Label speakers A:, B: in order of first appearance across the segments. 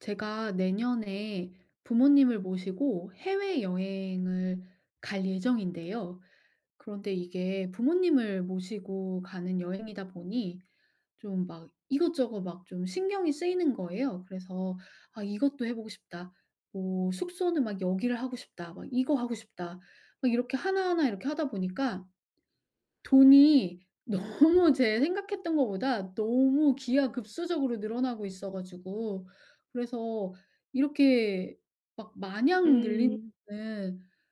A: 제가 내년에 부모님을 모시고 해외여행을 갈 예정인데요. 그런데 이게 부모님을 모시고 가는 여행이다 보니 좀 막 이것저것 막 좀 신경이 쓰이는 거예요. 그래서 '아 이것도 해 보고 싶다.' 뭐 '숙소는 막 여기를 하고 싶다.' 막 '이거 하고 싶다.' 막 이렇게 하나하나 이렇게 하다 보니까 돈이 너무 제 생각했던 것보다 너무 기하급수적으로 늘어나고 있어 가지고, 그래서 이렇게 막 마냥 늘리는 거
B: 음.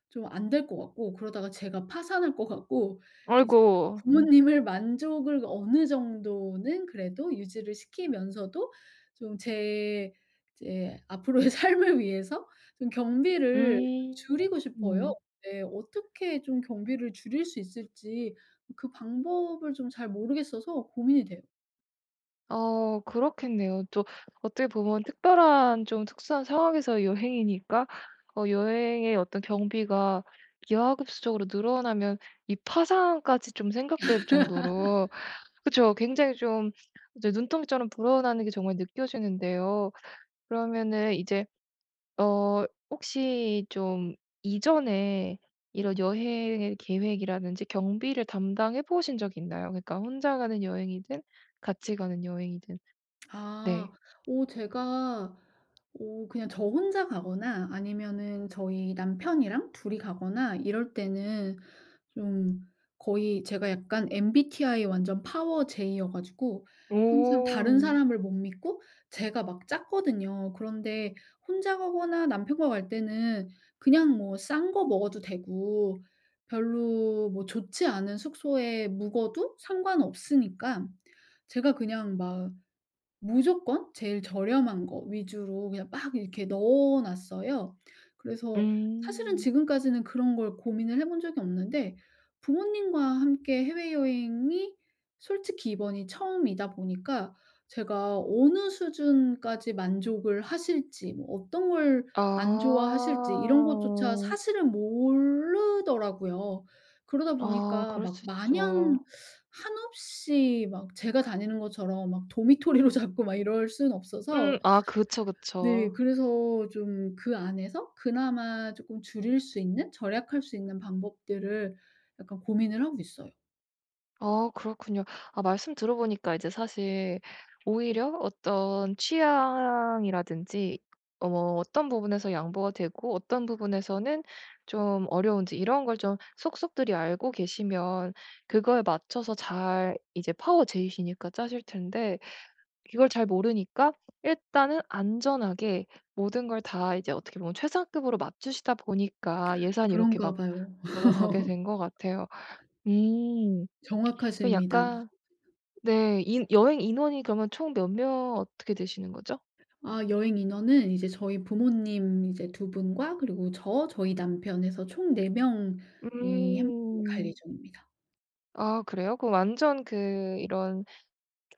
A: 좀안 될 것 같고, 그러다가 제가 파산할 것 같고, 이제
B: 아이고.
A: 부모님을 만족을 어느 정도는 그래도 유지를 시키면서도 좀 제 이제 앞으로의 삶을 위해서 좀 경비를
B: 음.
A: 줄이고 싶어요.
B: 음.
A: 네. 어떻게 좀 경비를 줄일 수 있을지 그 방법을 좀 잘 모르겠어서 고민이 돼요.
B: 그렇겠네요. 또 어떻게 보면 특별한, 좀 특수한 상황에서 여행이니까 여행의 어떤 경비가 기하급수적으로 늘어나면 이 파상까지 좀 생각될 정도로, 그쵸, 굉장히 좀 이제 눈덩이처럼 불어나는 게 정말 느껴지는데요. 그러면은 이제 어 혹시 좀 이전에 이런 여행의 계획이라든지 경비를 담당해 보신 적 있나요? 그러니까 혼자 가는 여행이든, 같이 가는 여행이든. 네.
A: 아. 제가 그냥 저 혼자 가거나 아니면은 저희 남편이랑 둘이 가거나 이럴 때는 좀 거의 제가 약간 MBTI 완전 파워 J여 가지고 항상 다른
B: 오.
A: 사람을 못 믿고 제가 막 짰거든요. 그런데 혼자 가거나 남편과 갈 때는 그냥 뭐 싼 거 먹어도 되고 별로 뭐 좋지 않은 숙소에 묵어도 상관없으니까, 제가 그냥 막 무조건 제일 저렴한 거 위주로 그냥 막 이렇게 넣어 놨어요. 그래서 사실은
B: 음.
A: 지금까지는 그런 걸 고민을 해본 적이 없는데, 부모님과 함께 해외여행이 솔직히 이번이 처음이다 보니까 제가 어느 수준까지 만족을 하실지, 뭐 어떤 걸
B: 아.
A: 안 좋아하실지 이런 것조차 사실은 모르더라고요. 그러다
B: 아,
A: 보니까
B: 그럴
A: 막
B: 수 있죠.
A: 마냥 한없이 막 제가 다니는 것처럼 막 도미토리로 잡고 막 이럴 수는 없어서,
B: 음. 아, 그쵸,
A: 네,
B: 그쵸.
A: 그래서 좀 그 안에서 그나마 쪼끔 줄일 수 있는, 절약할 수 있는 방법들을 약간 고민을 하고 있어요.
B: 아, 그렇군요. 아, 말씀 들어보니까 이제 사실 오히려 어떤 취향이라든지 뭐 어떤 부분에서 양보가 되고 어떤 부분에서는 좀 어려운지 이런 걸 좀 속속들이 알고 계시면 그거에 맞춰서 잘 이제 파워 제이시니까 짜실 텐데, 이걸 잘 모르니까 일단은 안전하게 모든 걸 다 이제 어떻게 보면 최상급으로 맞추시다 보니까 예산이 이렇게
A: 그런가
B: 막
A: 봐요.
B: 넘어가게 된 것 같아요. 음. 그
A: 정확하십니다.
B: 약간, 네, 인 여행 인원이 그러면 총 몇 명 어떻게 되시는 거죠?
A: 아, 여행 인원은 이제 저희 부모님 이제 두 분과 그리고 저, 저희 남편 해서 총 4 명이 함께 갈
B: 음.
A: 예정입니다.
B: 아, 그래요? 그럼 완전 그 이런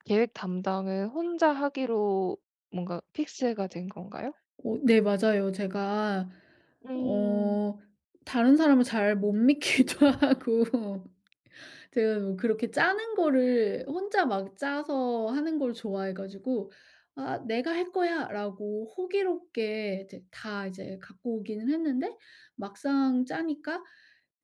B: 계획 담당을 혼자 하기로 뭔가 픽스가 된 건가요?
A: 어 네 맞아요. 제가
B: 음.
A: 어 다른 사람을 잘 못 믿기도 하고 제가 뭐 그렇게 짜는 거를 혼자 막 짜서 하는 걸 좋아해 가지고, '아 내가 할 거야.'라고 호기롭게 이제 다 이제 갖고 오기는 했는데, 막상 짜니까,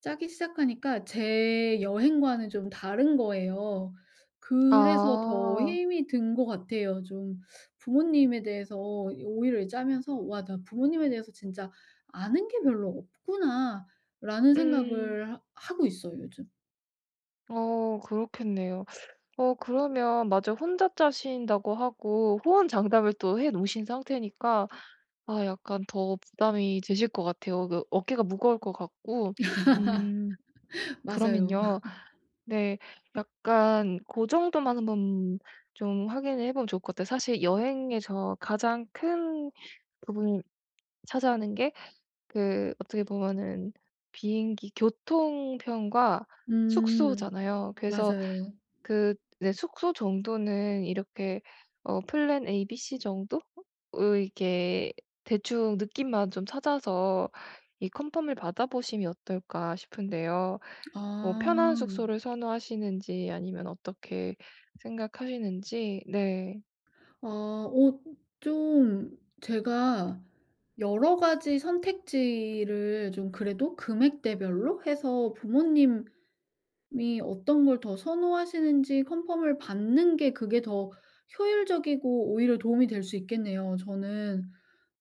A: 짜기 시작하니까 제 여행과는 좀 다른 거예요. 그래서 더
B: 아.
A: 힘이 든 것 같아요. 좀 부모님에 대해서 오히려 짜면서 '와 나 부모님에 대해서 진짜 아는 게 별로 없구나.'라는
B: 음.
A: 생각을 하 하고 있어요 요즘.
B: 그렇겠네요. 그러면 맞아, 혼자 짜신다고 하고 호언장담을 또 해 놓으신 상태니까 아, 약간 더 부담이 되실 것 같아요. 그 어깨가 무거울 것 같고. 음.
A: 맞아요.
B: 그러면요. 네. 약간 그 정도만 한번 좀 확인을 해 보면 좋을 것 같아요. 사실 여행에서 가장 큰 부분을 차지하는 게 그 어떻게 보면은 비행기 교통편과
A: 음.
B: 숙소잖아요. 그래서
A: 맞아요.
B: 그, 네, 숙소 정도는 이렇게, 플랜 A, B, C 정도? 으, 이렇게 대충 느낌만 좀 찾아서 이 컨펌을 받아 보심이 어떨까 싶은데요. 뭐 편한
A: 아.
B: 숙소를 선호하시는지, 아니면 어떻게 생각하시는지. 네.
A: 아 어 좀 제가 여러 가지 선택지를 좀 그래도 금액대별로 해서 부모님 이 어떤 걸 더 선호하시는지 컨펌을 받는 게 그게 더 효율적이고 오히려 도움이 될 수 있겠네요. 저는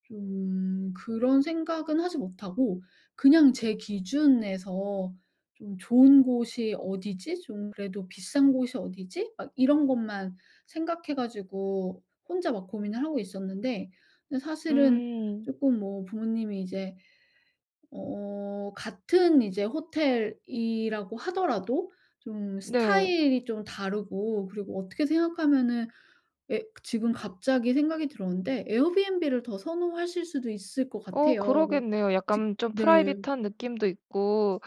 A: 좀 그런 생각은 하지 못하고 그냥 제 기준에서 좀 '좋은 곳이 어디지? 좀 그래도 비싼 곳이 어디지?' 막 이런 것만 생각해 가지고 혼자 막 고민을 하고 있었는데, 근데 사실은
B: 음.
A: 조금 뭐 부모님이 이제 어 같은 이제 호텔이라고 하더라도 좀
B: 네.
A: 스타일이 좀 다르고 그리고 어떻게 생각하면은, 에 지금 갑자기 생각이 들었는데 에어비앤비를 더 선호하실 수도 있을 것 같아요. 뭐
B: 그러겠네요.
A: 직
B: 약간 좀
A: 네
B: 프라이빗한 느낌도 있고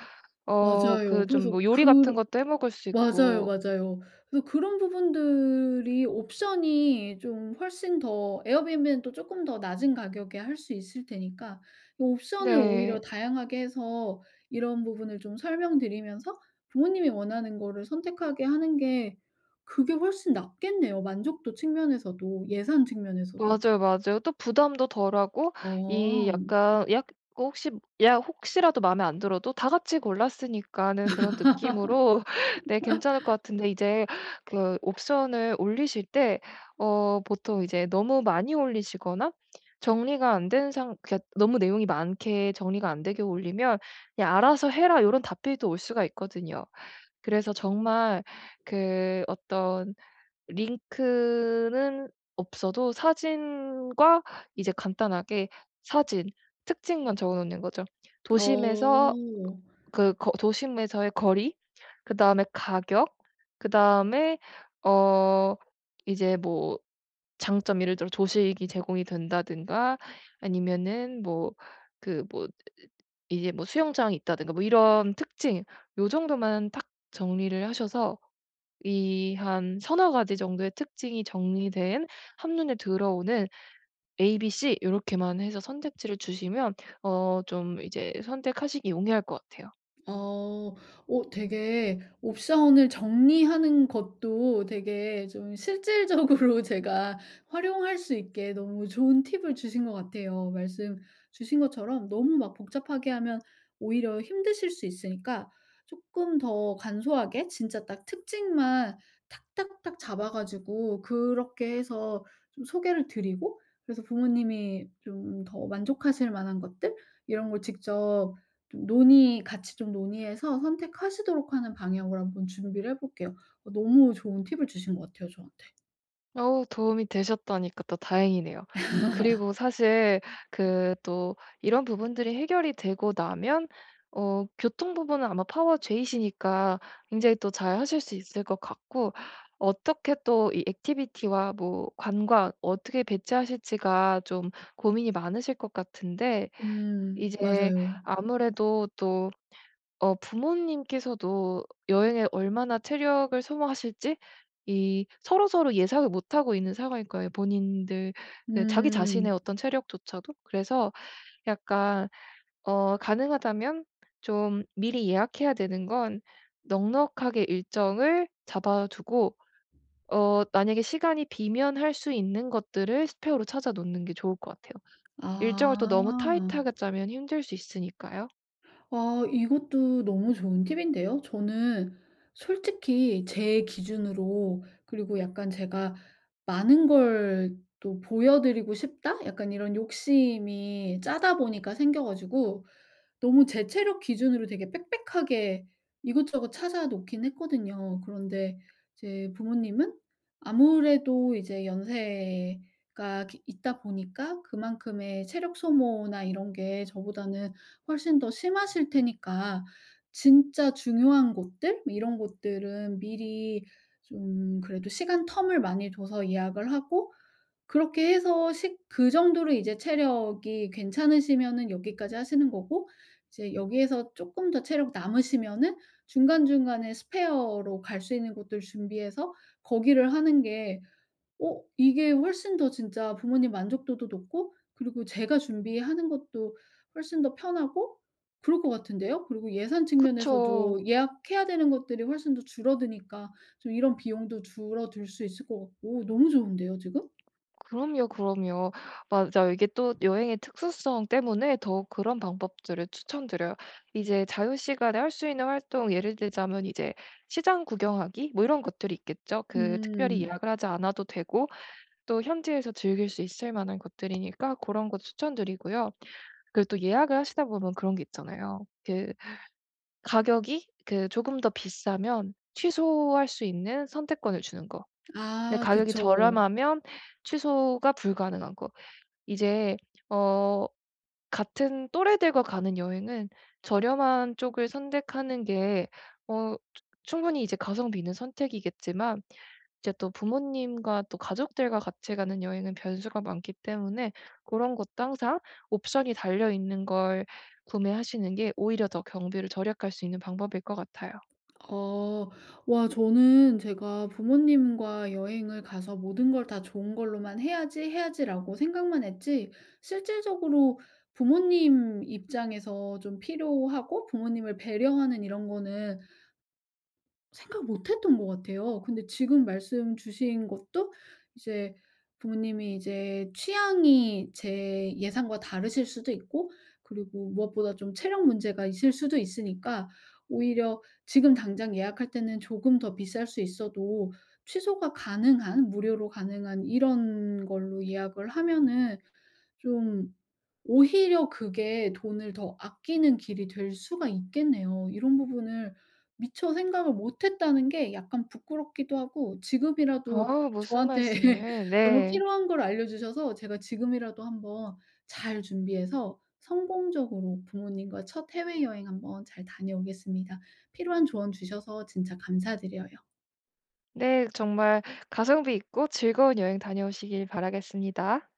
A: 맞아요.
B: 그 좀
A: 그래서
B: 뭐 요리
A: 그
B: 같은 것도 해 먹을 수
A: 맞아요,
B: 있고.
A: 맞아요. 그래서 그런 부분들이 옵션이 좀 훨씬 더 에어비앤비는 또 조금 더 낮은 가격에 할 수 있을 테니까 이 옵션을 오히려
B: 네.
A: 다양하게 해서 이런 부분을 좀 설명드리면서 부모님이 원하는 거를 선택하게 하는 게, 그게 훨씬 낫겠네요. 만족도 측면에서도 예산 측면에서도.
B: 맞아요, 맞아요. 또 부담도 덜하고, 이
A: 어.
B: 약간 약 그 혹시, 야, 혹시라도 마음에 안 들어도 다 같이 골랐으니까는 그런 느낌으로 네, 괜찮을 것 같은데 이제 그 옵션을 올리실 때 보통 이제 너무 많이 올리시거나 정리가 안 된 상 그러니까 너무 내용이 많게 정리가 안 되게 올리면 "야, 알아서 해라." 이런 답변도 올 수가 있거든요. 그래서 정말 그 어떤 링크는 없어도 사진과 이제 간단하게 사진, 특징만 적어 놓는 거죠. 도심에서
A: 어.
B: 그 거 도심에서의 거리, 그다음에 가격, 그다음에 어 이제 뭐 장점, 예를 들어 조식이 제공이 된다든가 아니면은 뭐 그 뭐 이제 뭐 수영장이 있다든가 뭐 이런 특징, 요 정도만 딱 정리를 하셔서 이 한 서너 가지 정도의 특징이 정리된 한눈에 들어오는 A, B, C 요렇게만 해서 선택지를 주시면 좀 이제 선택하시기 용이할 것 같아요.
A: 어. 되게 옵션을 정리하는 것도 되게 좀 실질적으로 제가 활용할 수 있게 너무 좋은 팁을 주신 것 같아요. 말씀 주신 것처럼 너무 막 복잡하게 하면 오히려 힘드실 수 있으니까 조금 더 간소하게 진짜 딱 특징만 탁탁탁 잡아 가지고, 그렇게 해서 좀 소개를 드리고, 그래서 부모님이 좀 더 만족하실 만한 것들 이런 걸 직접 좀 논의, 같이 좀 논의해서 선택하시도록 하는 방향으로 한번 준비를 해 볼게요. 어 너무 좋은 팁을 주신 것 같아요 저한테.
B: 어우, 도움이 되셨다니까 또 다행이네요. 그리고 사실 그 또 이런 부분들이 해결이 되고 나면 교통 부분은 아마 파워제이시니까 굉장히 또 잘하실 수 있을 것 같고, 어떻게 또 이 액티비티와 뭐 관광 어떻게 배치하실지가 좀 고민이 많으실 것 같은데, 이제
A: 맞아요.
B: 아무래도 또 부모님께서도 여행에 얼마나 체력을 소모하실지 이 서로서로 예상을 못하고 있는 상황일 거예요, 본인들 그 자기 자신의
A: 음.
B: 어떤 체력조차도. 그래서 약간 가능하다면 좀 미리 예약해야 되는 건 넉넉하게 일정을 잡아 두고, 만약에 시간이 비면 할 수 있는 것들을 스페어로 찾아 놓는 게 좋을 것 같아요. 일정을 또 너무
A: 아.
B: 타이트하게 짜면 힘들 수 있으니까요.
A: 아 이것도 너무 좋은 팁인데요. 저는 솔직히 제 기준으로, 그리고 약간 제가 '많은 걸 또 보여 드리고 싶다.' 약간 이런 욕심이 짜다 보니까 생겨 가지고 너무 제 체력 기준으로 되게 빽빽하게 이것저것 찾아 놓긴 했거든요. 그런데 이제 부모님은 아무래도 이제 연세가 기 있다 보니까 그만큼의 체력 소모나 이런 게 저보다는 훨씬 더 심하실 테니까, 진짜 중요한 곳들 뭐 이런 곳들은 미리 좀 그래도 시간 텀을 많이 둬서 예약을 하고, 그렇게 해서 식 그 정도로 이제 체력이 괜찮으시면은 여기까지 하시는 거고, 이제 여기에서 쪼끔 더 체력 남으시면은 중간중간에 스페어로 갈 수 있는 곳들 준비해서 거기를 하는 게, 어 이게 훨씬 더 진짜 부모님 만족도도 높고 그리고 제가 준비하는 것도 훨씬 더 편하고 그럴 것 같은데요. 그리고 예산
B: 그쵸.
A: 측면에서도 예약해야 되는 것들이 훨씬 더 줄어드니까 좀 이런 비용도 줄어들 수 있을 것 같고 너무 좋은데요 지금?
B: 그럼요, 그럼요. 맞아요. 이게 또 여행의 특수성 때문에 더욱 그런 방법들을 추천드려요. 이제 자유 시간에 할 수 있는 활동, 예를 들자면 이제 시장 구경하기 뭐 이런 것들이 있겠죠. 그 특별히
A: 음.
B: 예약을 하지 않아도 되고 또 현지에서 즐길 수 있을 만한 것들이니까 그런 거 추천드리고요. 그리고 또 예약을 하시다 보면 그런 게 있잖아요. 그, 가격이 그 조금 더 비싸면 취소할 수 있는 선택권을 주는 거. 근데
A: 아
B: 가격이
A: 그쵸.
B: 저렴하면 취소가 불가능한 거. 이제 어 같은 또래들과 가는 여행은 저렴한 쪽을 선택하는 게 어 충분히 이제 가성비 있는 선택이겠지만, 이제 또 부모님과 또 가족들과 같이 가는 여행은 변수가 많기 때문에 그런 것도 항상 옵션이 달려 있는 걸 구매하시는 게 오히려 더 경비를 절약할 수 있는 방법일 것 같아요.
A: 어. 와 저는 제가 부모님과 여행을 가서 '모든 걸 다 좋은 걸로만 해야지, 해야지.'라고 생각만 했지 실질적으로 부모님 입장에서 좀 필요하고 부모님을 배려하는 이런 거는 생각 못 했던 것 같아요. 근데 지금 말씀 주신 것도 이제 부모님이 이제 취향이 제 예상과 다르실 수도 있고, 그리고 무엇보다 좀 체력 문제가 있을 수도 있으니까 오히려 지금 당장 예약할 때는 조금 더 비쌀 수 있어도 취소가 가능한, 무료로 가능한 이런 걸로 예약을 하면은 좀 오히려 그게 돈을 더 아끼는 길이 될 수가 있겠네요. 이런 부분을 미처 생각을 못 했다는 게 약간 부끄럽기도 하고, 지금이라도
B: 아, 무슨
A: 저한테
B: 말씀을.
A: 너무
B: 네.
A: 필요한 걸 알려 주셔서 제가 지금이라도 한번 잘 준비해서 성공적으로 부모님과 첫 해외여행 한번 잘 다녀오겠습니다. 필요한 조언 주셔서 진짜 감사드려요.
B: 네, 정말 가성비 있고 즐거운 여행 다녀오시길 바라겠습니다.